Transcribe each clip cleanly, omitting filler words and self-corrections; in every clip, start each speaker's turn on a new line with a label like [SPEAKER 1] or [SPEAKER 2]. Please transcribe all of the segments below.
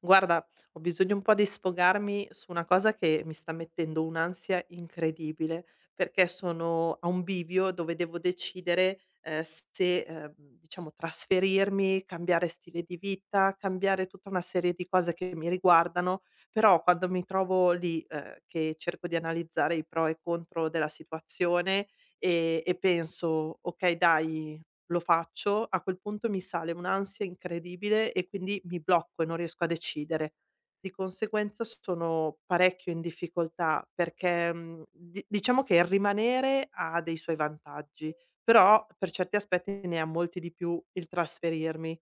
[SPEAKER 1] Guarda, ho bisogno un po' di sfogarmi su una cosa che mi sta mettendo un'ansia incredibile, perché sono a un bivio dove devo decidere, se, diciamo trasferirmi, cambiare stile di vita, cambiare tutta una serie di cose che mi riguardano, però quando mi trovo lì, che cerco di analizzare i pro e i contro della situazione, e penso: "Okay dai, lo faccio, a quel punto mi sale un'ansia incredibile e quindi mi blocco e non riesco a decidere. Di conseguenza sono parecchio in difficoltà perché, mhmm, di diciamo che il rimanere ha dei suoi vantaggi, però per certi aspetti ne ha molti di più il trasferirmi.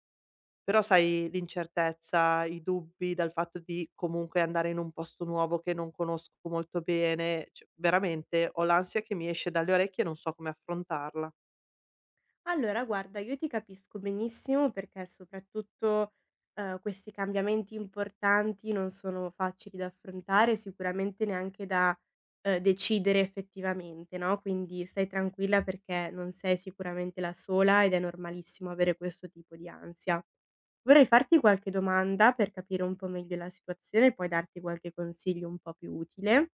[SPEAKER 1] Però sai l'incertezza, i dubbi dal fatto di comunque andare in un posto nuovo che non conosco molto bene, cioè veramente ho l'ansia che mi esce dalle orecchie e non so come affrontarla.
[SPEAKER 2] Allora guarda, io ti capisco benissimo perché soprattutto, questi cambiamenti importanti non sono facili da affrontare, sicuramente neanche da, decidere effettivamente, no, quindi stai tranquilla perché non sei sicuramente la sola ed è normalissimo avere questo tipo di ansia. Vorrei farti qualche domanda per capire un po' meglio la situazione e poi darti qualche consiglio un po' più utile.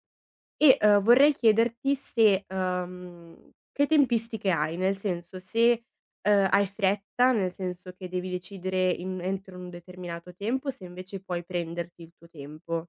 [SPEAKER 2] E, vorrei chiederti se che tempistiche hai? Nel senso se, hai fretta, nel senso che devi decidere in entro un determinato tempo, se invece puoi prenderti il tuo tempo.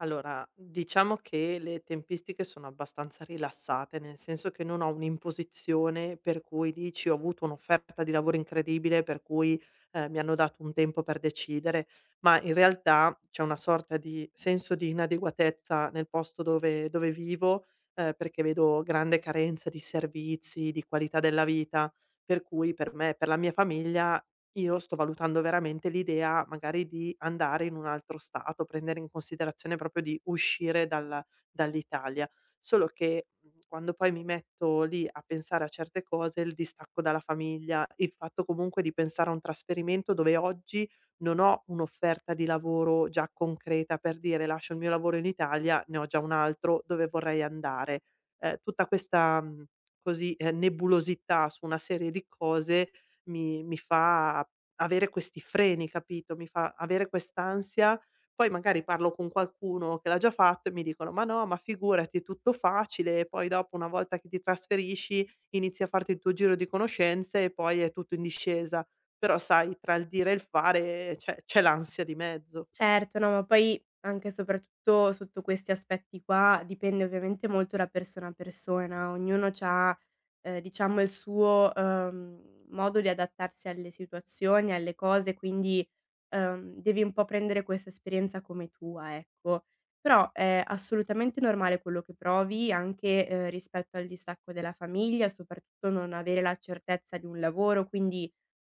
[SPEAKER 1] Allora, diciamo che le tempistiche sono abbastanza rilassate, nel senso che non ho un'imposizione per cui dici: "Ho avuto un'offerta di lavoro incredibile, per cui, mi hanno dato un tempo per decidere", ma in realtà c'è una sorta di senso di inadeguatezza nel posto dove vivo, perché vedo grande carenza di servizi, di qualità della vita, per cui per me e per la mia famiglia io sto valutando veramente l'idea magari di andare in un altro stato, prendere in considerazione proprio di uscire dalla dall'Italia. Solo che, quando poi mi metto lì a pensare a certe cose, il distacco dalla famiglia, il fatto comunque di pensare a un trasferimento dove oggi non ho un'offerta di lavoro già concreta per dire: "Lascio il mio lavoro in Italia, ne ho già un altro dove vorrei andare". Tutta questa, così, nebulosità su una serie di cose, mi fa avere questi freni, capito, mi fa avere quest'ansia. Poi magari parlo con qualcuno che l'ha già fatto e mi dicono: "Ma no, ma figurati, è tutto facile, e poi dopo una volta che ti trasferisci inizi a farti il tuo giro di conoscenze e poi è tutto in discesa". Però sai, tra il dire e il fare c'è l'ansia di mezzo.
[SPEAKER 2] Certo, no, ma poi anche e soprattutto sotto questi aspetti qua dipende ovviamente molto da persona a persona, ognuno c'ha, diciamo il suo, modo di adattarsi alle situazioni, alle cose, quindi, devi un po' prendere questa esperienza come tua, ecco. Però è assolutamente normale quello che provi anche, rispetto al distacco della famiglia, soprattutto non avere la certezza di un lavoro, quindi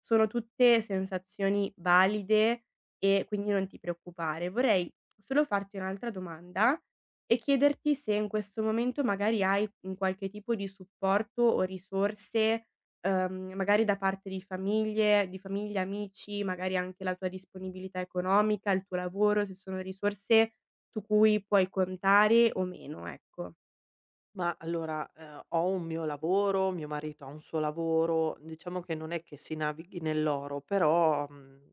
[SPEAKER 2] sono tutte sensazioni valide e quindi non ti preoccupare. Vorrei solo farti un'altra domanda e chiederti se in questo momento magari hai un qualche tipo di supporto o risorse, magari da parte di famiglie di famiglia, amici, magari anche la tua disponibilità economica, il tuo lavoro, se sono risorse su cui puoi contare o meno, ecco.
[SPEAKER 1] Ma allora, ho un mio lavoro, mio marito ha un suo lavoro, diciamo che non è che si navighi nell'oro, però,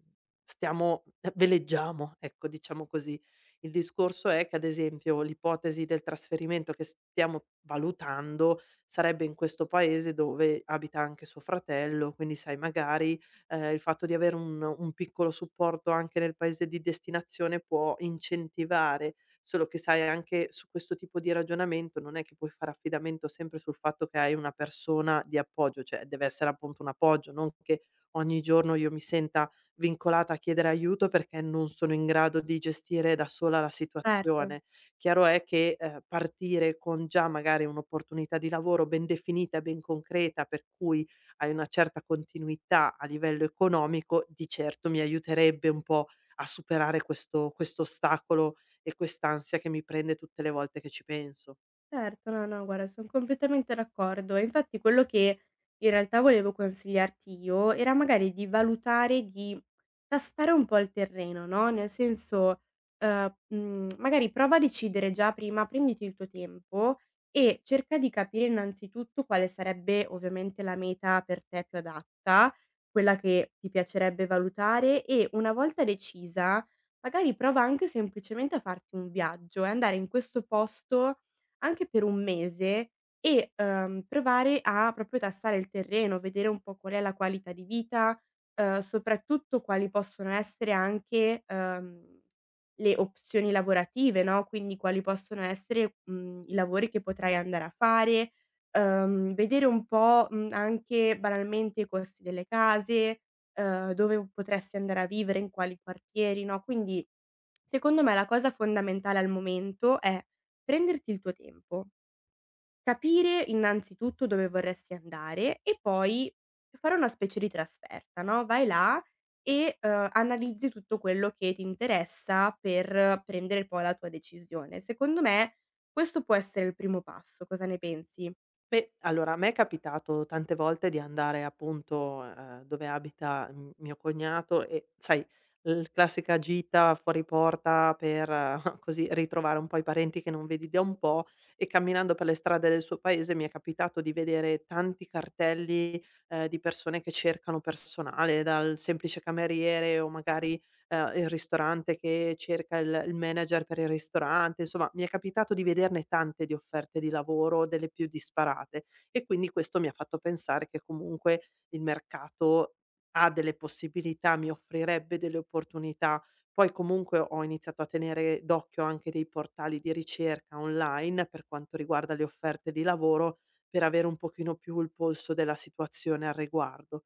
[SPEAKER 1] stiamo veleggiamo, ecco, diciamo così. Il discorso è che, ad esempio, l'ipotesi del trasferimento che stiamo valutando sarebbe in questo paese dove abita anche suo fratello, quindi sai magari, il fatto di avere un piccolo supporto anche nel paese di destinazione può incentivare. Solo che sai anche su questo tipo di ragionamento non è che puoi fare affidamento sempre sul fatto che hai una persona di appoggio, cioè deve essere appunto un appoggio, non che ogni giorno io mi senta vincolata a chiedere aiuto perché non sono in grado di gestire da sola la
[SPEAKER 2] Certo.
[SPEAKER 1] situazione. Chiaro è che, partire con già magari un'opportunità di lavoro ben definita e ben concreta, per cui hai una certa continuità a livello economico, di certo mi aiuterebbe un po' a superare questo ostacolo e quest'ansia che mi prende tutte le volte che ci penso.
[SPEAKER 2] Certo, no, no, guarda, son completamente d'accordo. E infatti quello che in realtà volevo consigliarti io era magari di valutare di tastare un po' il terreno, no, nel senso, magari prova a decidere già prima, prenditi il tuo tempo e cerca di capire innanzitutto quale sarebbe ovviamente la meta per te più adatta, quella che ti piacerebbe valutare e una volta decisa, magari prova anche semplicemente a farti un viaggio e andare in questo posto anche per un mese e, provare a proprio tastare il terreno, vedere un po' qual è la qualità di vita, soprattutto quali possono essere anche, le opzioni lavorative, no, quindi quali possono essere, i lavori che potrai andare a fare, vedere un po', anche banalmente i costi delle case, dove potresti andare a vivere, in quali quartieri, no, quindi secondo me la cosa fondamentale al momento è prenderti il tuo tempo, capire innanzitutto dove vorresti andare e poi fare una specie di trasferta, no, vai là e, analizzi tutto quello che ti interessa per prendere poi la tua decisione. Secondo me questo può essere il primo passo, cosa ne pensi?
[SPEAKER 1] Beh, allora a me è capitato tante volte di andare appunto, dove abita m mio cognato e sai, l classica gita fuori porta per così ritrovare un po' i parenti che non vedi da un po' e camminando per le strade del suo paese mi è capitato di vedere tanti cartelli, di persone che cercano personale, dal semplice cameriere o magari il ristorante che cerca il manager per il ristorante, insomma mi è capitato di vederne tante di offerte di lavoro, delle più disparate, e quindi questo mi ha fatto pensare che comunque il mercato ha delle possibilità, mi offrirebbe delle opportunità. Poi comunque ho iniziato a tenere d'occhio anche dei portali di ricerca online per quanto riguarda le offerte di lavoro, per avere un pochino più il polso della situazione al riguardo.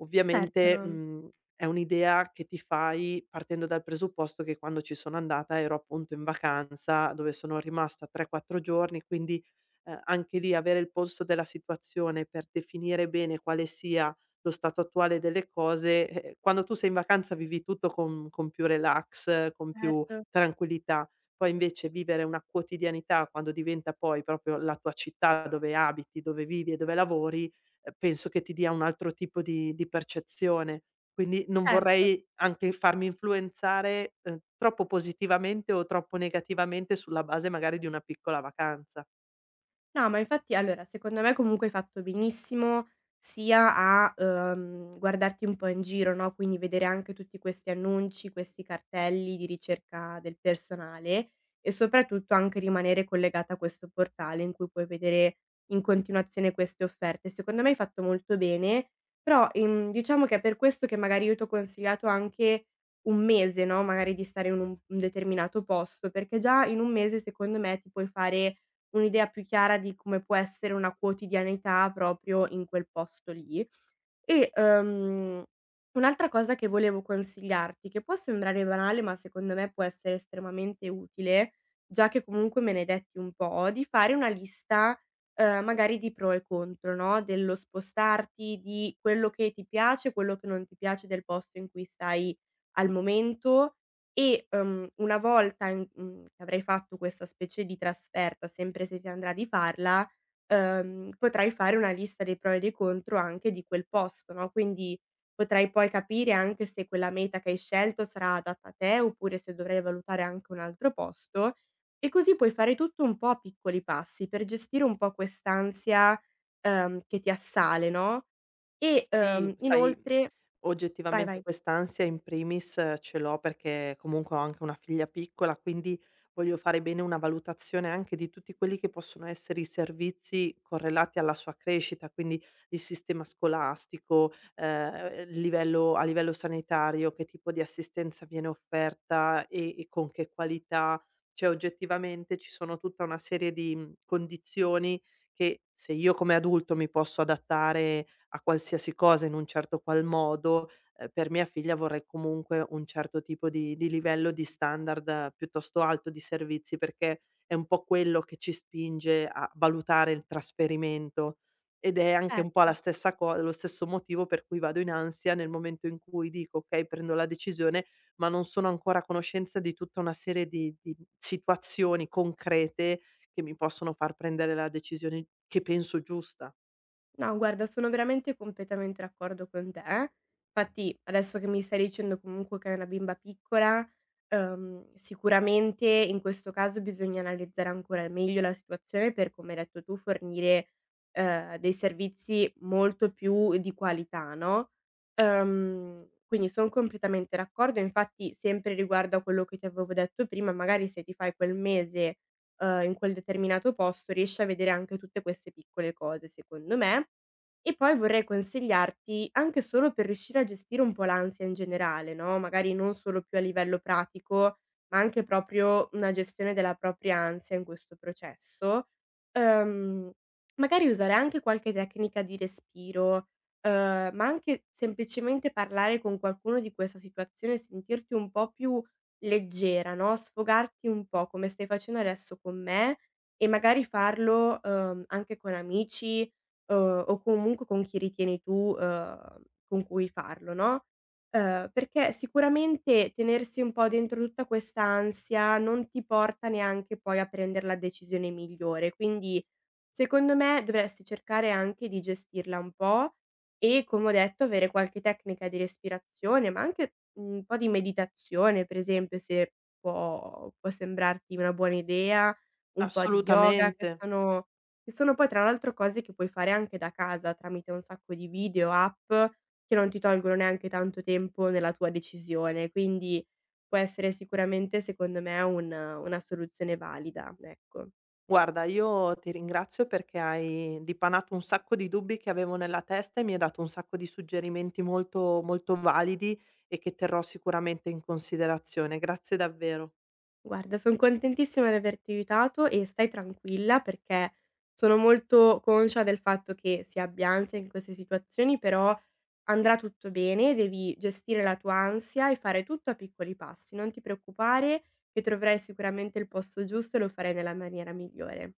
[SPEAKER 1] Ovviamente,
[SPEAKER 2] Certo,
[SPEAKER 1] è un'idea che ti fai partendo dal presupposto che quando ci sono andata ero appunto in vacanza, dove sono rimasta 3, 4 giorni, quindi, anche lì avere il polso della situazione per definire bene quale sia lo stato attuale delle cose, quando tu sei in vacanza vivi tutto con più relax, con più
[SPEAKER 2] certo,
[SPEAKER 1] tranquillità. Poi invece vivere una quotidianità quando diventa poi proprio la tua città dove abiti, dove vivi e dove lavori, penso che ti dia un altro tipo di percezione. Quindi non
[SPEAKER 2] certo.
[SPEAKER 1] vorrei anche farmi influenzare, troppo positivamente o troppo negativamente sulla base magari di una piccola vacanza.
[SPEAKER 2] No, ma infatti allora secondo me comunque hai fatto benissimo sia a, guardarti un po' in giro, no, quindi vedere anche tutti questi annunci, questi cartelli di ricerca del personale e soprattutto anche rimanere collegata a questo portale in cui puoi vedere in continuazione queste offerte. Secondo me hai fatto molto bene, però, diciamo che è per questo che magari io t'ho consigliato anche 1 mese, no, magari di stare in un determinato posto, perché già in 1 mese secondo me ti puoi fare un'idea più chiara di come può essere una quotidianità proprio in quel posto lì. E, un'altra cosa che volevo consigliarti, che può sembrare banale, ma secondo me può essere estremamente utile, già che comunque me ne hai detti un po', di fare una lista, magari di pro e contro, no, dello spostarti, di quello che ti piace, quello che non ti piace del posto in cui stai al momento e, una volta in che avrai fatto questa specie di trasferta, sempre se ti andrà di farla, potrai fare una lista dei pro e dei contro anche di quel posto, no, quindi potrai poi capire anche se quella meta che hai scelto sarà adatta a te, oppure se dovrai valutare anche un altro posto e così puoi fare tutto un po' a piccoli passi per gestire un po' quest'ansia, che ti assale, no, e,
[SPEAKER 1] Sì, sai,
[SPEAKER 2] inoltre vai,
[SPEAKER 1] oggettivamente
[SPEAKER 2] vai.
[SPEAKER 1] quest'ansia in primis ce l'ho perché comunque ho anche una figlia piccola, quindi voglio fare bene una valutazione anche di tutti quelli che possono essere i servizi correlati alla sua crescita, quindi il sistema scolastico, livello a livello sanitario, che tipo di assistenza viene offerta e con che qualità. Cioè oggettivamente ci sono tutta una serie di, condizioni che se io come adulto mi posso adattare a qualsiasi cosa in un certo qual modo, per mia figlia vorrei comunque un certo tipo di livello, di standard piuttosto alto di servizi, perché è un po' quello che ci spinge a valutare il trasferimento ed è anche un po'
[SPEAKER 2] Certo.
[SPEAKER 1] la stessa co lo stesso motivo per cui vado in ansia nel momento in cui dico: "Okay, prendo la decisione", ma non sono ancora a conoscenza di tutta una serie di situazioni concrete che mi possono far prendere la decisione che penso giusta.
[SPEAKER 2] No, guarda, sono veramente completamente d'accordo con te. Infatti, adesso che mi stai dicendo comunque che hai una bimba piccola, sicuramente in questo caso bisogna analizzare ancora meglio la situazione per, come hai detto tu, fornire dei servizi molto più di qualità, no? Quindi sono completamente d'accordo. Infatti, sempre riguardo a quello che ti avevo detto prima, magari se ti fai quel mese in quel determinato posto, riesci a vedere anche tutte queste piccole cose, secondo me. E poi vorrei consigliarti, anche solo per riuscire a gestire un po' l'ansia in generale, no, magari non solo più a livello pratico, ma anche proprio una gestione della propria ansia in questo processo, ehm, magari usare anche qualche tecnica di respiro, ma anche semplicemente parlare con qualcuno di questa situazione e sentirti un po' più leggera, no, sfogarti un po' come stai facendo adesso con me e magari farlo, anche con amici, o comunque con chi ritieni tu, con cui farlo, no, perché sicuramente tenersi un po' dentro tutta questa ansia non ti porta neanche poi a prendere la decisione migliore. Quindi secondo me dovresti cercare anche di gestirla un po' e, come ho detto, avere qualche tecnica di respirazione, ma anche un po' di meditazione, per esempio, se può sembrarti una buona idea, un po' di yoga,
[SPEAKER 1] Assolutamente.
[SPEAKER 2] che sono poi tra l'altro cose che puoi fare anche da casa tramite un sacco di video, app, che non ti tolgono neanche tanto tempo nella tua decisione. Quindi può essere sicuramente, secondo me, un una soluzione valida, ecco.
[SPEAKER 1] Guarda, io ti ringrazio perché hai dipanato un sacco di dubbi che avevo nella testa e mi hai dato un sacco di suggerimenti molto, molto validi e che terrò sicuramente in considerazione. Grazie davvero.
[SPEAKER 2] Guarda, son contentissima di averti aiutato e stai tranquilla perché sono molto conscia del fatto che si abbia ansia in queste situazioni, però andrà tutto bene, devi gestire la tua ansia e fare tutto a piccoli passi. Non ti preoccupare che troverai sicuramente il posto giusto e lo farai nella maniera migliore.